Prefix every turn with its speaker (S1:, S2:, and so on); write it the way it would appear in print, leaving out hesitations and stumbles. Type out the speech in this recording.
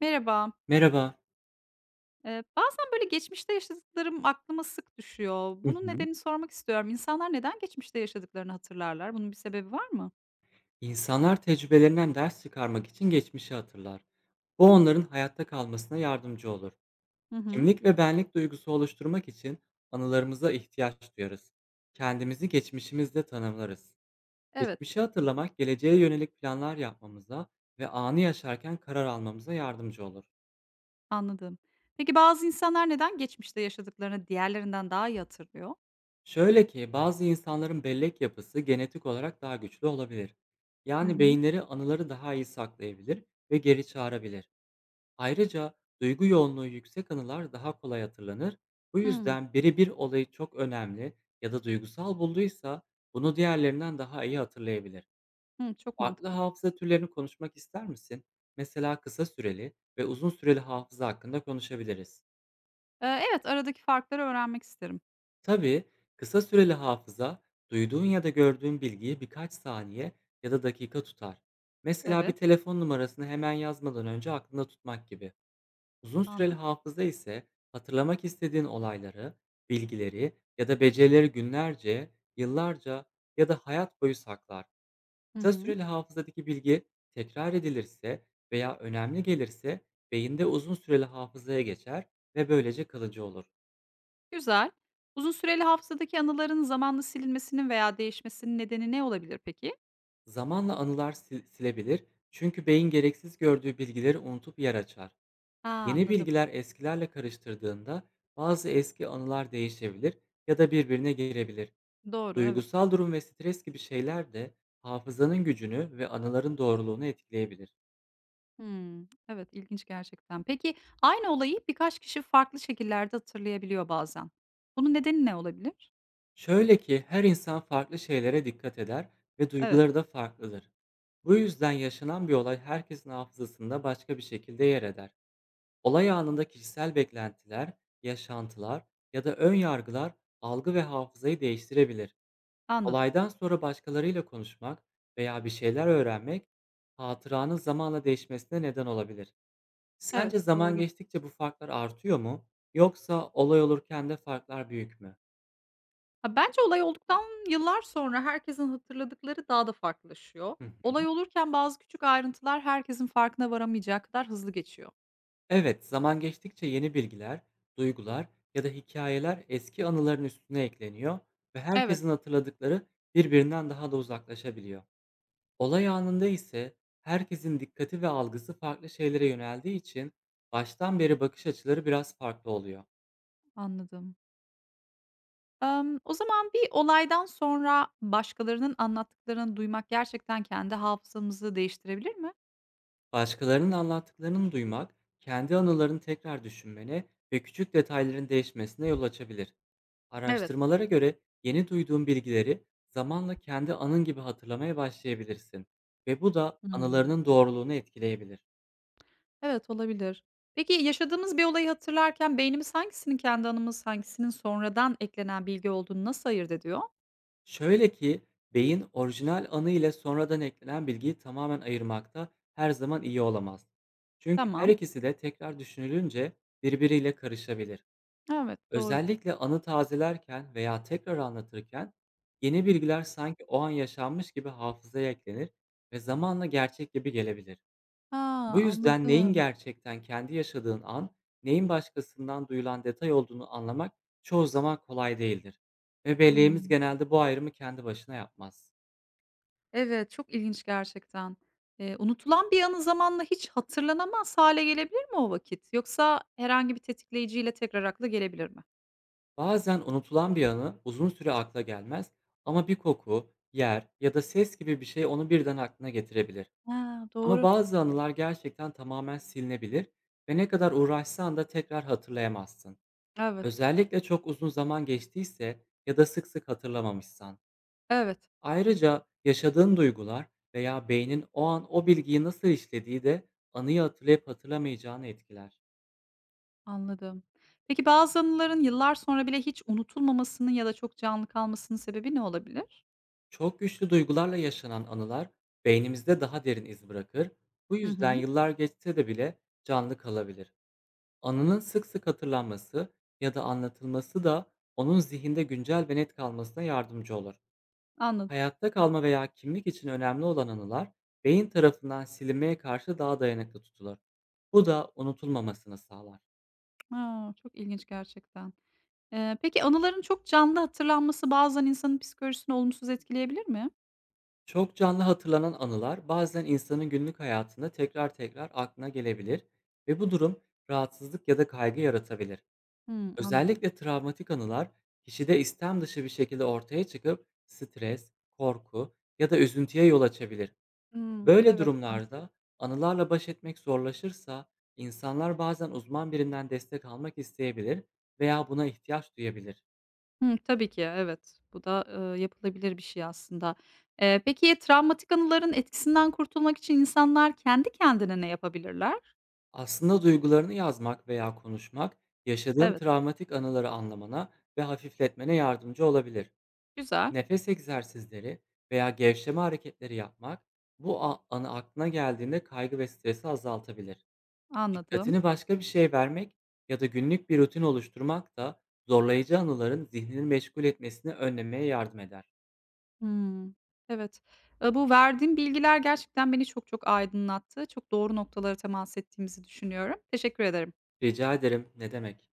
S1: Merhaba.
S2: Merhaba.
S1: Bazen böyle geçmişte yaşadıklarım aklıma sık düşüyor.
S2: Hı
S1: Bunun
S2: hı.
S1: nedenini sormak istiyorum. İnsanlar neden geçmişte yaşadıklarını hatırlarlar? Bunun bir sebebi var mı?
S2: İnsanlar tecrübelerinden ders çıkarmak için geçmişi hatırlar. Bu onların hayatta kalmasına yardımcı olur.
S1: Hı hı.
S2: Kimlik ve benlik duygusu oluşturmak için anılarımıza ihtiyaç duyarız. Kendimizi geçmişimizde tanımlarız.
S1: Evet,
S2: Geçmişi hatırlamak geleceğe yönelik planlar yapmamıza ve anı yaşarken karar almamıza yardımcı olur.
S1: anladım. Peki bazı insanlar neden geçmişte yaşadıklarını diğerlerinden daha iyi hatırlıyor?
S2: Şöyle ki bazı insanların bellek yapısı genetik olarak daha güçlü olabilir.
S1: Hı
S2: Yani
S1: hı.
S2: beyinleri anıları daha iyi saklayabilir ve geri çağırabilir. Ayrıca duygu yoğunluğu yüksek anılar daha kolay hatırlanır. Bu
S1: Hı,
S2: yüzden biri bir olayı çok önemli ya da duygusal bulduysa bunu diğerlerinden daha iyi hatırlayabilir.
S1: hı, çok
S2: Farklı
S1: mantıklı.
S2: hafıza türlerini konuşmak ister misin? Mesela kısa süreli ve uzun süreli hafıza hakkında konuşabiliriz.
S1: Evet, aradaki farkları öğrenmek isterim.
S2: Tabii, kısa süreli hafıza duyduğun ya da gördüğün bilgiyi birkaç saniye ya da dakika tutar. Mesela bir
S1: Evet,
S2: telefon numarasını hemen yazmadan önce aklında tutmak gibi. Uzun süreli
S1: anladım.
S2: hafıza ise hatırlamak istediğin olayları, bilgileri ya da becerileri günlerce, yıllarca ya da hayat boyu saklar.
S1: Hı
S2: Kısa
S1: hı.
S2: süreli hafızadaki bilgi tekrar edilirse veya önemli gelirse beyinde uzun süreli hafızaya geçer ve böylece kalıcı olur.
S1: Güzel. Uzun süreli hafızadaki anıların zamanla silinmesinin veya değişmesinin nedeni ne olabilir peki?
S2: Zamanla anılar silebilir, çünkü beyin gereksiz gördüğü bilgileri unutup yer açar.
S1: Aa,
S2: Yeni
S1: anladım.
S2: bilgiler eskilerle karıştırdığında bazı eski anılar değişebilir ya da birbirine girebilir.
S1: Doğru, evet.
S2: Duygusal durum ve stres gibi şeyler de hafızanın gücünü ve anıların doğruluğunu etkileyebilir.
S1: Hımm. Evet, ilginç gerçekten. Peki, aynı olayı birkaç kişi farklı şekillerde hatırlayabiliyor bazen. Bunun nedeni ne olabilir?
S2: Şöyle ki her insan farklı şeylere dikkat eder ve
S1: Evet,
S2: duyguları da farklıdır. Bu yüzden yaşanan bir olay herkesin hafızasında başka bir şekilde yer eder. Olay anında kişisel beklentiler, yaşantılar ya da ön yargılar algı ve hafızayı değiştirebilir.
S1: anladım.
S2: Olaydan sonra başkalarıyla konuşmak veya bir şeyler öğrenmek hatıranın zamanla değişmesine neden olabilir.
S1: Evet,
S2: Sence zaman
S1: doğru.
S2: geçtikçe bu farklar artıyor mu, yoksa olay olurken de farklar büyük mü?
S1: Ha, bence olay olduktan yıllar sonra herkesin hatırladıkları daha da farklılaşıyor.
S2: Hı hı.
S1: Olay olurken bazı küçük ayrıntılar herkesin farkına varamayacağı kadar hızlı geçiyor.
S2: Evet, zaman geçtikçe yeni bilgiler, duygular ya da hikayeler eski anıların üstüne ekleniyor ve
S1: Evet,
S2: herkesin hatırladıkları birbirinden daha da uzaklaşabiliyor. Olay anında ise herkesin dikkati ve algısı farklı şeylere yöneldiği için baştan beri bakış açıları biraz farklı oluyor.
S1: anladım. O zaman bir olaydan sonra başkalarının anlattıklarını duymak gerçekten kendi hafızamızı değiştirebilir mi?
S2: Başkalarının anlattıklarını duymak, kendi anılarını tekrar düşünmene ve küçük detayların değişmesine yol açabilir.
S1: Evet.
S2: Araştırmalara göre yeni duyduğun bilgileri zamanla kendi anın gibi hatırlamaya başlayabilirsin ve bu da
S1: Hımm.
S2: anılarının doğruluğunu etkileyebilir.
S1: Evet, olabilir. Peki, yaşadığımız bir olayı hatırlarken beynimiz hangisinin kendi anımız, hangisinin sonradan eklenen bilgi olduğunu nasıl ayırt ediyor?
S2: Şöyle ki beyin orijinal anı ile sonradan eklenen bilgiyi tamamen ayırmakta her zaman iyi olamaz. Çünkü her
S1: Tamam.
S2: ikisi de tekrar düşünülünce birbiriyle karışabilir.
S1: Evet, doğru.
S2: Özellikle anı tazelerken veya tekrar anlatırken yeni bilgiler sanki o an yaşanmış gibi hafızaya eklenir ve zamanla gerçek gibi gelebilir.
S1: Ha,
S2: Bu yüzden neyin
S1: anladım.
S2: gerçekten kendi yaşadığın an, neyin başkasından duyulan detay olduğunu anlamak çoğu zaman kolay değildir ve belleğimiz
S1: Hımm.
S2: genelde bu ayrımı kendi başına yapmaz.
S1: Evet, çok ilginç gerçekten. Unutulan bir anı zamanla hiç hatırlanamaz hâle gelebilir mi o vakit? Yoksa herhangi bir tetikleyiciyle tekrar akla gelebilir mi?
S2: Bazen unutulan bir anı uzun süre akla gelmez, ama bir koku, yer ya da ses gibi bir şey onu birden aklına getirebilir.
S1: Ha,
S2: Ama
S1: doğru.
S2: bazı anılar gerçekten tamamen silinebilir ve ne kadar uğraşsan da tekrar hatırlayamazsın.
S1: Evet,
S2: Özellikle çok uzun zaman geçtiyse ya da sık sık hatırlamamışsan.
S1: evet,
S2: Ayrıca yaşadığın duygular veya beynin o an o bilgiyi nasıl işlediği de anıyı hatırlayıp hatırlamayacağını etkiler.
S1: anladım. Peki, bazı anıların yıllar sonra bile hiç unutulmamasının ya da çok canlı kalmasının sebebi ne olabilir?
S2: Çok güçlü duygularla yaşanan anılar beynimizde daha derin iz bırakır. Bu
S1: Hı
S2: yüzden
S1: hı.
S2: yıllar geçse de bile canlı kalabilir. Anının sık sık hatırlanması ya da anlatılması da onun zihinde güncel ve net kalmasına yardımcı olur.
S1: Anladım.
S2: Hayatta kalma veya kimlik için önemli olan anılar beyin tarafından silinmeye karşı daha dayanıklı tutulur. Bu da unutulmamasını sağlar.
S1: A, çok ilginç gerçekten. Peki anıların çok canlı hatırlanması bazen insanın psikolojisini olumsuz etkileyebilir mi?
S2: Çok canlı hatırlanan anılar bazen insanın günlük hayatında tekrar tekrar aklına gelebilir ve bu durum rahatsızlık ya da kaygı yaratabilir.
S1: Hımm, anladım.
S2: Özellikle travmatik anılar kişide istem dışı bir şekilde ortaya çıkıp stres, korku ya da üzüntüye yol açabilir.
S1: Hımm,
S2: Böyle
S1: evet, maalesef.
S2: durumlarda anılarla baş etmek zorlaşırsa insanlar bazen uzman birinden destek almak isteyebilir veya buna ihtiyaç duyabilir.
S1: Hımm, tabii ki, evet. Bu da, yapılabilir bir şey aslında. Peki travmatik anıların etkisinden kurtulmak için insanlar kendi kendine ne yapabilirler?
S2: Aslında duygularını yazmak veya konuşmak, yaşadığın
S1: Evet,
S2: travmatik anıları anlamana ve hafifletmene yardımcı olabilir.
S1: güzel,
S2: Nefes egzersizleri veya gevşeme hareketleri yapmak, bu anı aklına geldiğinde kaygı ve stresi azaltabilir.
S1: anladım.
S2: Dikkatini başka bir şeye vermek ya da günlük bir rutin oluşturmak da zorlayıcı anıların zihnini meşgul etmesini önlemeye yardım eder.
S1: Hımm, evet. Bu verdiğim bilgiler gerçekten beni çok çok aydınlattı. Çok doğru noktalara temas ettiğimizi düşünüyorum. Teşekkür ederim.
S2: Rica ederim, ne demek?